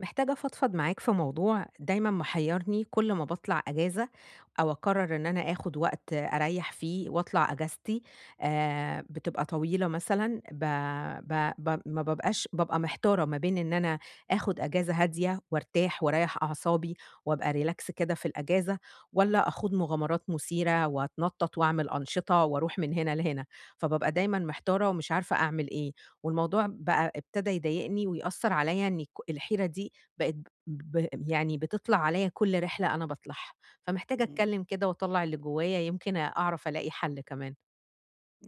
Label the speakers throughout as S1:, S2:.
S1: محتاجة أفضفض معاك في موضوع دايمًا محيّرني، كل ما باطلع أجازة أو أقرر إن أنا آخد وقت أريّح فيه وأطلع أجازتي. بتبقى طويلة، مثلًا ب ب ب ما بابقاش بابقى محتارة ما بين إن أنا آخد أجازة هادية وارتاح واريّح أعصابي وأبقى relax كده في الأجازة، والّا أخوض مغامرات مثيرة وأتنطط وأعمل أنشطة وأروح من هنا لهنا. فبابقى دايمًا محتارة ومش عارفة أعمل إيه، والموضوع بقى ابتدى يضايقني ويأثّر عليَّ، إن الحيرة دي بقت يعني بتطلع عليَّ كل رحلة أنا باطلعها، فمحتاجة
S2: إمم.
S1: أتكلم كده وأطلّع اللي جوايا، يمكن أعرف ألاقي حل كمان.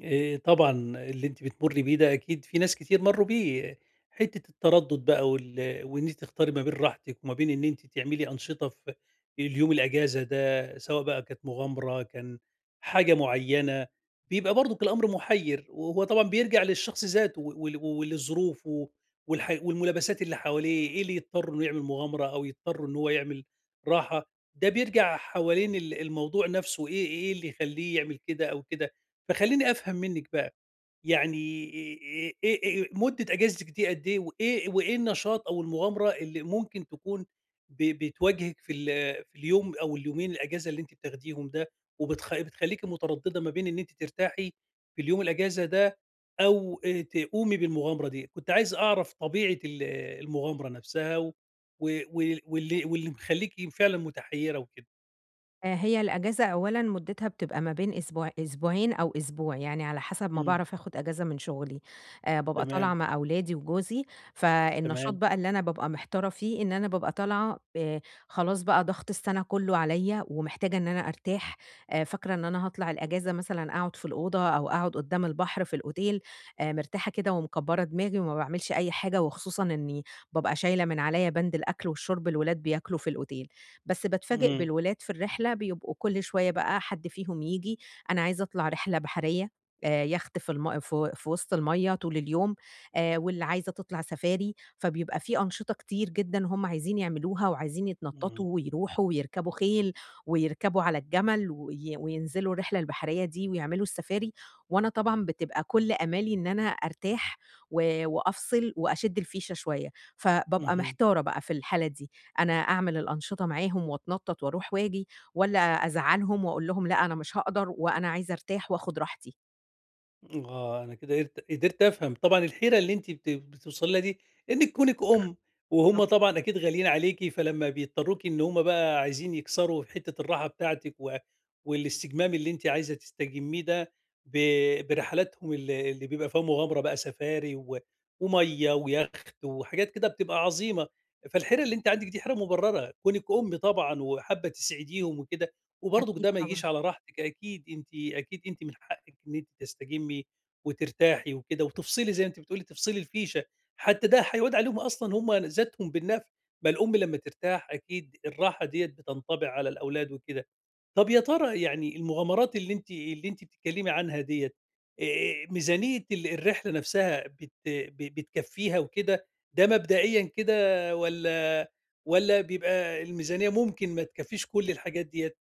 S2: طبعًا اللي أنتِ بتمُرّي بيه ده أكيد في ناس كتير مرّوا بيه، حتّة التردُّد بقى وإن أنتِ تختاري ما بين راحتِك وما بين إن أنتِ تعملي أنشطة في اليوم الأجازة ده، سواء بقى كانت مغامرة، كان حاجة معيّنة، بيبقى برضُك الأمر مُحيّر، وهو طبعًا بيرجع للشخص ذاته و ول ولظروفه و والح والملابسات اللي حواليه، إيه اللي يضطر إنه يعمل مغامرة أو يضطر إن هو يعمل راحة، ده بيرجع حوالين الموضوع نَفْسه إيه اللي يخلّيه يعمل كده أو كده. فخلّيني أفهم منِّك بقى، يعني إيه مدة أجازتِك دي قد إيه، وإيه النشاط أو المغامرة اللي ممكن تكون بتواجهِك في في اليوم أو اليومين الأجازة اللي أنتِ بتاخديهم ده، بتخلّيكِ مترددة ما بين إن أنتِ ترتاحي في اليوم الأجازة ده أو تقومي بالمغامرة دي؟ كنت عايز أعرف طبيعة المغامرة نفسها واللي مخلّيكِ فعلًا متحيرة وكده.
S1: هي الأجازة أولًا مُدّتها بتبقى ما بين أسبوع أسبوعين أو أسبوع، يعني على حسب ما
S2: إمم،
S1: باعرف آخُد أجازة من شُغلي. بابقى طالعة
S2: تمام،
S1: مع أولادي وجوزي، فالنشاط
S2: تمام.
S1: بقى اللي أنا بابقى محتارة فيه إن أنا بابقى طالعة خلاص بقى ضغط السَنة كُلّه عليّا ومحتاجة إن أنا أرتاح. فاكرة إن أنا هاطلع الأجازة مثلًا أقعُد في الأوضة أو أقعُد قُدّام البحر في الأوتيل، مرتاحة كده ومكبّرة دماغي وما باعملش أي حاجة، وخصوصًا إنّي بابقى شايلة من عليّا بَند الأكل والشُرب، الولاد بياكلوا في الأوتيل. بس باتفاجئ
S2: اهم،
S1: بالولاد في الرحلة بيبقوا كل شوية بقى حد فيهم ييجي، أنا عايزة أطلع رحلة بحرية، يخت في وسط المَيّة طول اليوم، واللي عايزة تطلع سفاري. فبيبقى في أنشطة كتير جدًا هم عايزين يعملوها وعايزين
S2: إمم،
S1: يتنططوا ويروحوا ويركبوا خيل ويركبوا على الجمل وينزلوا الرحلة البحرية دي ويعملوا السفاري، وأنا طبعًا بتبقى كل آمالي إن أنا أرتاح وأفصل وأشد الفيشة شوية، فبابقى
S2: اهم.
S1: محتارة بقى في الحالة دي. أنا أعمل الأنشطة معاهم وأتنطط وأروح وآجي، والّا أزعّلهم وأقول لهم لأ أنا مش هاقدر وأنا عايزة أرتاح وآخد راحتي؟
S2: آه، أنا كده قدرت أفهم، طبعًا الحيرة اللي أنتِ بتوصلي لها دي إنِّك كونِك أُم، وهُم
S1: طب
S2: طبعًا أكيد غاليين عليكِ، فلمّا بيضطروكِ إن هُم بقى عايزين يكسروا في حتة الراحة بتاعتِك والاستجمام اللي أنتِ عايزة تستجميه ده ب برحلاتهم اللي بيبقى فيها مغامرة بقى سفاري ومَيّة ويخت وحاجات كده بتبقى عظيمة، فالحيرة اللي أنتِ عندِك دي حيرة مبررة، كونِك أُم طبعًا وحابة تسعديهم وكده وبرضك
S1: أكيد
S2: ده ما
S1: طبعًا.
S2: يجيش على راحتِك، أكيد أنتِ من حقِك إن أنتِ تستجمي وترتاحي وكده، وتفصلي زي ما أنتِ بتقولي تفصلي الفيشة، حتى ده هيعود عليهم أصلًا هم ذاتهم بالنفع، ما الأم لمّا ترتاح أكيد الراحة ديّة بتنطبع على الأولاد وكده. طب يا ترى يعني المغامرات اللي أنتِ بتتكلمي عنها ديّة، ميزانية الرحلة نفسها بت ب بتكفيها وكده، ده مبدئيًا كده والّا بيبقى الميزانية ممكن ما تكفيش كل الحاجات ديّة؟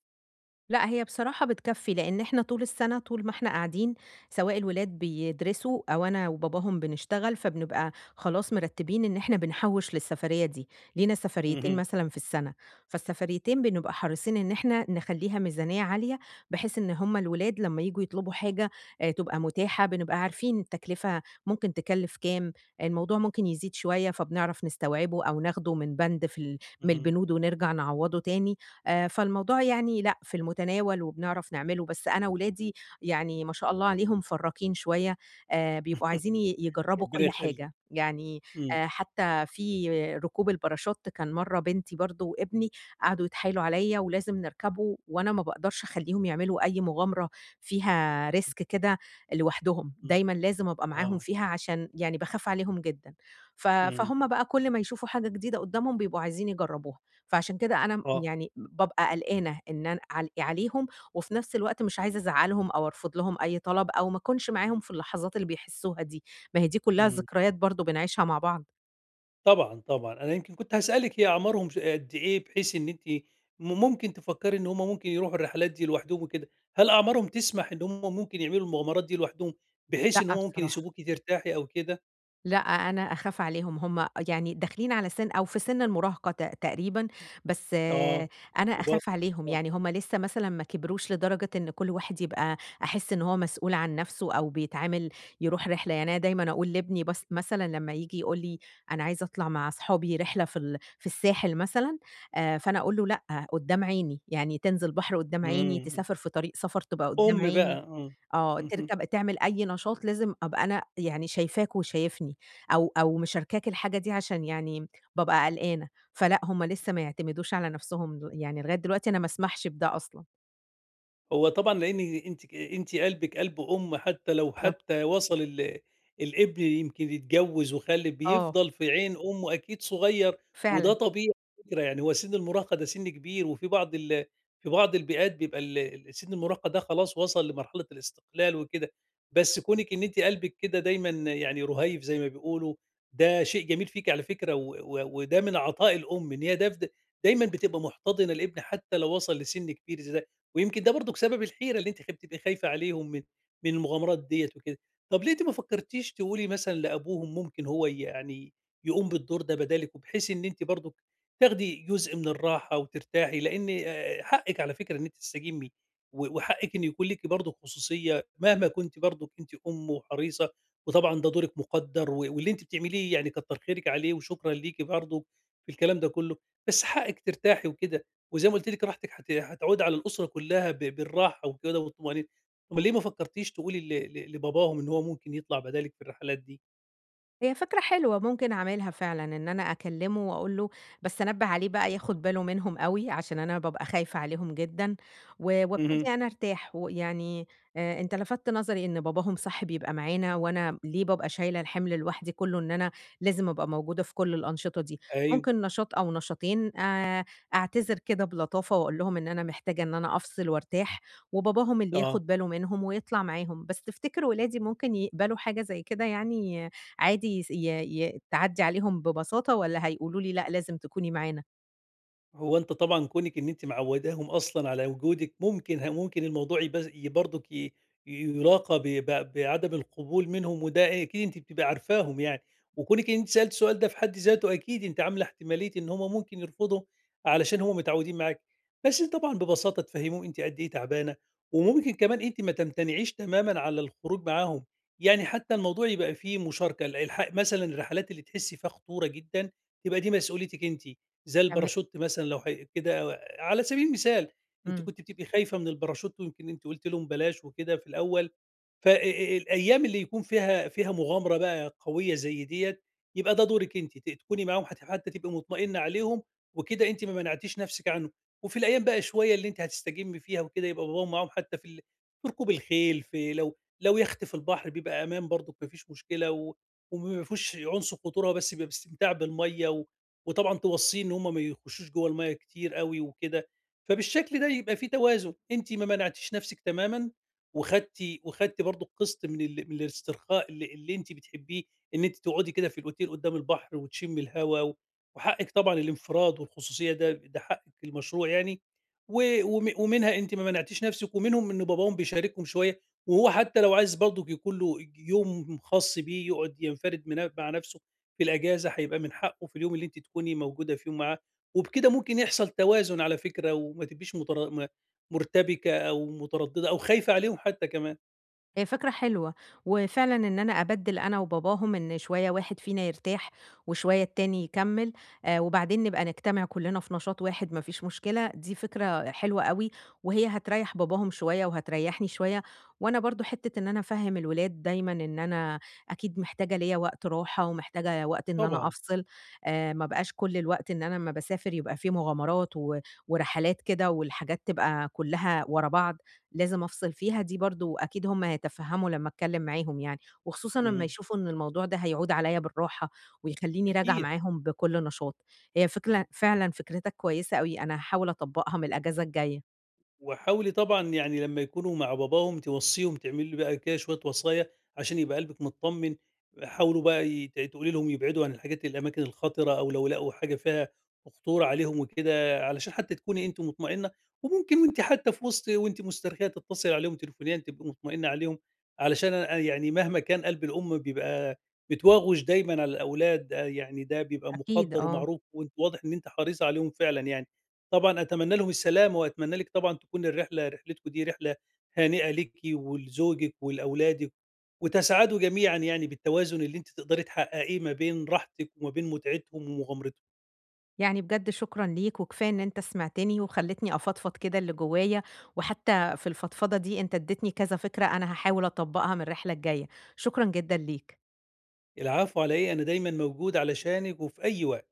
S1: لأ، هي بصراحة بتكفّي، لإن إحنا طول السَنة طول ما إحنا قاعدين، سواء الولاد بيدرسوا أو أنا وباباهم بنشتغل، فبنبقى خلاص مرتّبين إن إحنا بنحوّش للسفرية دي، لينا سفريتين
S2: اهم،
S1: مثلًا في السَنة. فالسفريتين بنبقى حريصين إن إحنا نخلّيها ميزانية عالية، بحيث إن هُم الولاد لمّا ييجوا يطلبوا حاجة تبقى متاحة، بنبقى عارفين التكلفة ممكن تكلّف كام، الموضوع ممكن يزيد شوية، فبنعرف نستوعبه أو ناخده من بند في ال من
S2: اهم.
S1: البنود ونرجع نعوّضه تاني. فالموضوع يعني لأ، في المتناول وبنعرف نعمله، بس أنا ولادي يعني ما شاء الله عليهم فراكين شوية، بيبقوا عايزين يجرّبوا
S2: ربنا
S1: كل
S2: يخلّيك.
S1: حاجة، يعني
S2: إمم،
S1: حتى في ركوب الباراشوت كان مرّة بنتي برضه وابني قعدوا يتحايلوا عليّا ولازم نركبه، وأنا ما باقدرش أخلّيهم يعملوا أي مغامرة فيها risk كده لوحدهم،
S2: إمم.
S1: دايمًا لازم أبقى معاهم
S2: آه،
S1: فيها عشان يعني باخاف عليهم جدًا.
S2: إمم،
S1: فهُم بقى كل ما يشوفوا حاجة جديدة قدّامهم بيبقوا عايزين يجرّبوها. فعشان كده أنا
S2: آه،
S1: يعني بابقى قلقانة إن أنا عليهم، وفي نفس الوقت مش عايزة أزعّلهم أو أرفض لهم أي طلب أو ما أكونش معاهم في اللحظات اللي بيحسّوها دي، ما هي دي كلّها
S2: إمم.
S1: ذكريات برضه بنعيشها مع بعض.
S2: طبعًا، طبعًا. أنا يمكن كنت هاسألِك هي أعمارهم قد إيه بحيث إن أنتِ ممكن تفكّري إن هم ممكن يروحوا الرحلات دي لوحدهم وكده، هل أعمارهم تسمح إن هم ممكن يعملوا المغامرات دي لوحدهم بحيث إن
S1: لأ
S2: هم ممكن
S1: بصراحة.
S2: يسيبوكِ ترتاحي أو كده؟
S1: لأ، أنا أخاف عليهم، هم يعني داخلين على سِن أو في سِن المراهقة تقريبًا، بس آه،
S2: آه،
S1: أنا أخاف
S2: وبرضه
S1: عليهم،
S2: آه،
S1: يعني هم لسه مثلًا ما كبروش لدرجة إن كل واحد يبقى أحس إن هو مسؤول عن نَفْسه أو بيتعامل يروح رحلة، يعني أنا دايمًا أقول لابني بس مثلًا لمّا ييجي يقول لي أنا عايز أطلع مع أصحابي رحلة في الساحل مثلًا. فأنا أقول له لأ، قدّام عيني، يعني تنزل بحر قدّام
S2: إمم.
S1: عيني،
S2: امم.
S1: تسافر في طريق سفر تبقى قدّام
S2: أم بقى،
S1: عيني.
S2: آه.
S1: آه،
S2: اهم.
S1: تركب تعمل أي نشاط لازم أبقى أنا يعني شايفاك وشايفني، أو مشاركاك الحاجة دي عشان يعني بابقى قلقانة، فلأ هُم لسه ما يعتمدوش على نفسهم، يعني لغاية دلوقتي أنا ما أسمحش بده أصلًا.
S2: هو طبعًا لإن أنتِ أنتِ قلبِك قلب أم حتى لو
S1: بالضبط،
S2: حتى وصل الابن يمكن يتجوّز وخَلِّف،
S1: آه،
S2: بيفضل في عين أمه أكيد صغيّر، وده
S1: فعلًا.
S2: طبيعي على فكرة، يعني هو سِن المراهقة ده سِن كبير، وفي بعض في بعض البيئات بيبقى ال ال سِن المراهقة ده خلاص وصل لمرحلة الاستقلال وكده، بس كونِك إن أنتِ قلبِك كده دايمًا يعني رُهيّف زي ما بيقولوا، ده شيء جميل فيكِ على فكرة و و وده من عطاء الأم، إن هي دايمًا بتبقى محتضنة الابن حتى لو وصل لسِن كبير زي ويمكن ده برضك سبب الحيرة اللي أنتِ بتبقي خايفة عليهم من المغامرات ديّة وكده. طب ليه أنتِ ما فكرتيش تقولي مثلًا لأبوهم ممكن هو يعني يقوم بالدور ده بدالِك، وبحيث إن أنتِ برضك تاخدي جزء من الراحة وترتاحي، لإن حقِك على فكرة إن أنتِ تستجمي، وحقِك إن يكون ليكِ برضك خصوصية مهما كنتِ برضك أنتِ أم وحريصة، وطبعًا ده دورِك مقدّر، واللي أنتِ بتعمليه يعني كتّر خيرِك عليه وشكرًا ليكِ برضه في الكلام ده كله، بس حقِك ترتاحي وكده. وزي ما قُلت لِك راحتِك هتعود على الأسرة كلّها بالراحة وكده والطمأنينة، أُمّال ليه ما فكّرتيش تقولي ل ل لباباهم إن هو ممكن يطلع بدالِك في الرحلات دي؟
S1: هي فكرة حلوة ممكن أعملها فعلًا، إن أنا أكلّمه وأقول له بس أنبّه عليه بقى ياخد باله منهم أوي، عشان أنا بابقى خايفة عليهم جدًا، وابتدي
S2: اهم.
S1: أنا أرتاح، ويعني أنت لفتت نظري إن باباهم صح بيبقى معانا، وأنا ليه بابقى شايلة الحمل لوحدي كلّه، إن أنا لازم أبقى موجودة في كل الأنشطة دي.
S2: أيوه،
S1: ممكن نشاط أو نشاطين أعتذر كده بلطافة وأقول لهم إن أنا محتاجة إن أنا أفصل وارتاح، وباباهم اللي
S2: آه.
S1: ياخد باله منهم ويطلع معاهم، بس تفتكر ولادي ممكن يقبلوا حاجة زي كده يعني عادي يس ي ي تعدّي عليهم ببساطة والّا هيقولوا لي لأ لازم تكوني معانا؟
S2: هو أنتِ طبعًا كونِك إن أنتِ معوّداهم أصلًا على وجودِك، ممكن ممكن الموضوع يبز ي برضُك يُلاقى ب ب بعدم القبول منهم، وده أكيد أنتِ بتبقي عارفاهم يعني، وكونِك إن أنتِ سألتِ السؤال ده في حد ذاته أكيد أنتِ عاملة احتمالية إن هم ممكن يرفضوا علشان هم متعوّدين معاكِ، بس أنتِ طبعًا ببساطة تفهّميهم أنتِ قد إيه تعبانة، وممكن كمان أنتِ ما تمتنعيش تمامًا على الخروج معاهم، يعني حتى الموضوع يبقى فيه مشاركة، مثلًا الرحلات اللي تحسّي فيها خطورة جدًا تبقى دي مسؤوليتِك أنتِ. زي
S1: تمام،
S2: الباراشوت مثلًا لو كده على سبيل المثال، أنتِ
S1: إمم.
S2: كنتِ بتبقي خايفة من الباراشوت ويمكن أنتِ قُلتِ لهم بلاش وكده في الأول، ف الأيام اللي يكون فيها مغامرة بقى قوية زي ديّة، يبقى ده دورِك أنتِ، تكوني معاهم حتى تبقي مطمئنة عليهم، وكده أنتِ ما منعتيش نفسِك عنهم. وفي الأيام بقى شوية اللي أنتِ هتستجمي فيها وكده، يبقى باباهم معاهم حتى في ال في ركوب الخيل، في لو يخت في البحر بيبقى أمان برضُك ما فيش مشكلة، وما فيهوش عنصر خطورة، هو بس بيبقى باستمتاع بالمَيّة، وطبعًا توصّيه إن هم ما يخشوش جوّه المَيّة كتير أوي وكده. فبالشكل ده يبقى في توازن، أنتِ ما منعتيش نفسِك تمامًا وخدتِ وخدتِ برضه قسط من ال من الاسترخاء اللي أنتِ بتحبيه، إن أنتِ تقعدي كده في الأوتيل قدّام البحر وتشمي الهوا، وحقِّك طبعًا الانفراد والخصوصية ده حقِّك المشروع يعني، و وم ومنها أنتِ ما منعتيش نفسِك، ومنهم إن باباهم بيشاركهم شوية، وهو حتى لو عايز برضه يكون له يوم خاص بيه يقعد ينفرد من مع نفسه في الأجازة، هيبقى من حقه في اليوم اللي أنتِ تكوني موجودة فيهم معاه، وبكده ممكن يحصل توازن على فكرة، وما تبقيش مُرتبكة أو مترددة أو خايفة عليهم حتى كمان،
S1: هي فكرة حلوة، وفعلًا إن أنا أبدِّل أنا وباباهم إن شوية واحد فينا يرتاح وشوية التاني يكمّل، وبعدين نبقى نجتمع كلّنا في نشاط واحد ما فيش مشكلة، دي فكرة حلوة أوي. وهي هتريّح باباهم شوية وهتريّحني شوية، وأنا برضه حتّة إن أنا أفهِّم الولاد دايمًا إن أنا أكيد محتاجة ليّا وقت راحة ومحتاجة وقت إن أنا
S2: طبعًا،
S1: أفصِل، ما بقاش كل الوقت إن أنا أمّا باسافر يبقى في مغامرات ورحلات كده والحاجات تبقى كلّها ورا بعض. لازم أفصل فيها، دي برضه أكيد هم هيتفهّموا لمّا أتكلّم معاهم يعني، وخصوصًا لمّا
S2: إمم،
S1: يشوفوا إن الموضوع ده هيعود عليَّ بالراحة، ويخلّيني راجعة
S2: أكيد.
S1: معاهم بكل نشاط. هي فكرة فعلًا فكرتك كويسة أوي، أنا هاحاول أطبّقها من الأجازة الجاية.
S2: وحاولي طبعًا يعني لمّا يكونوا مع باباهم توصّيهم تعملي بقى كده شوية وصايا عشان يبقى قلبِك متطمن، حاولوا بقى تقولي لهم يبعدوا عن الحاجات الأماكن الخطرة أو لو لقوا حاجة فيها خطورة عليهم وكده، علشان حتى تكوني أنتِ مطمئنة، وممكن وأنتِ حتى في وسط وأنتِ مسترخية تتصلي عليهم تليفونيًا تبقي مطمئنة عليهم، علشان أنا يعني مهما كان قلب الأم بيبقى متواغش دايمًا على الأولاد، آه، يعني ده بيبقى
S1: أكيد
S2: مُقدّر
S1: آه.
S2: ومعروف وأنتِ واضح إن أنتِ حريصة عليهم فعلًا يعني. طبعًا أتمنى لهم السلامة، وأتمنى لِك طبعًا تكون الرحلة رحلتكم دي رحلة هانئة ليكِ ولزوجِك ولأولادِك، وتسعدوا جميعًا يعني بالتوازن اللي أنتِ تقدري تحققيه ما بين راحتِك وما بين متعتهم ومغامرتهم.
S1: يعني بجد شكرًا ليك، وكفاية إن أنت سمعتني وخلّيتني أفضفض كده اللي جوايا، وحتى في الفضفضة دي أنت ادّيتني كذا فكرة أنا هاحاول أطبّقها من الرحلة الجاية. شكرًا جدًا ليك.
S2: العفو على إيه، أنا دايمًا موجود علشانِك وفي أي وقت.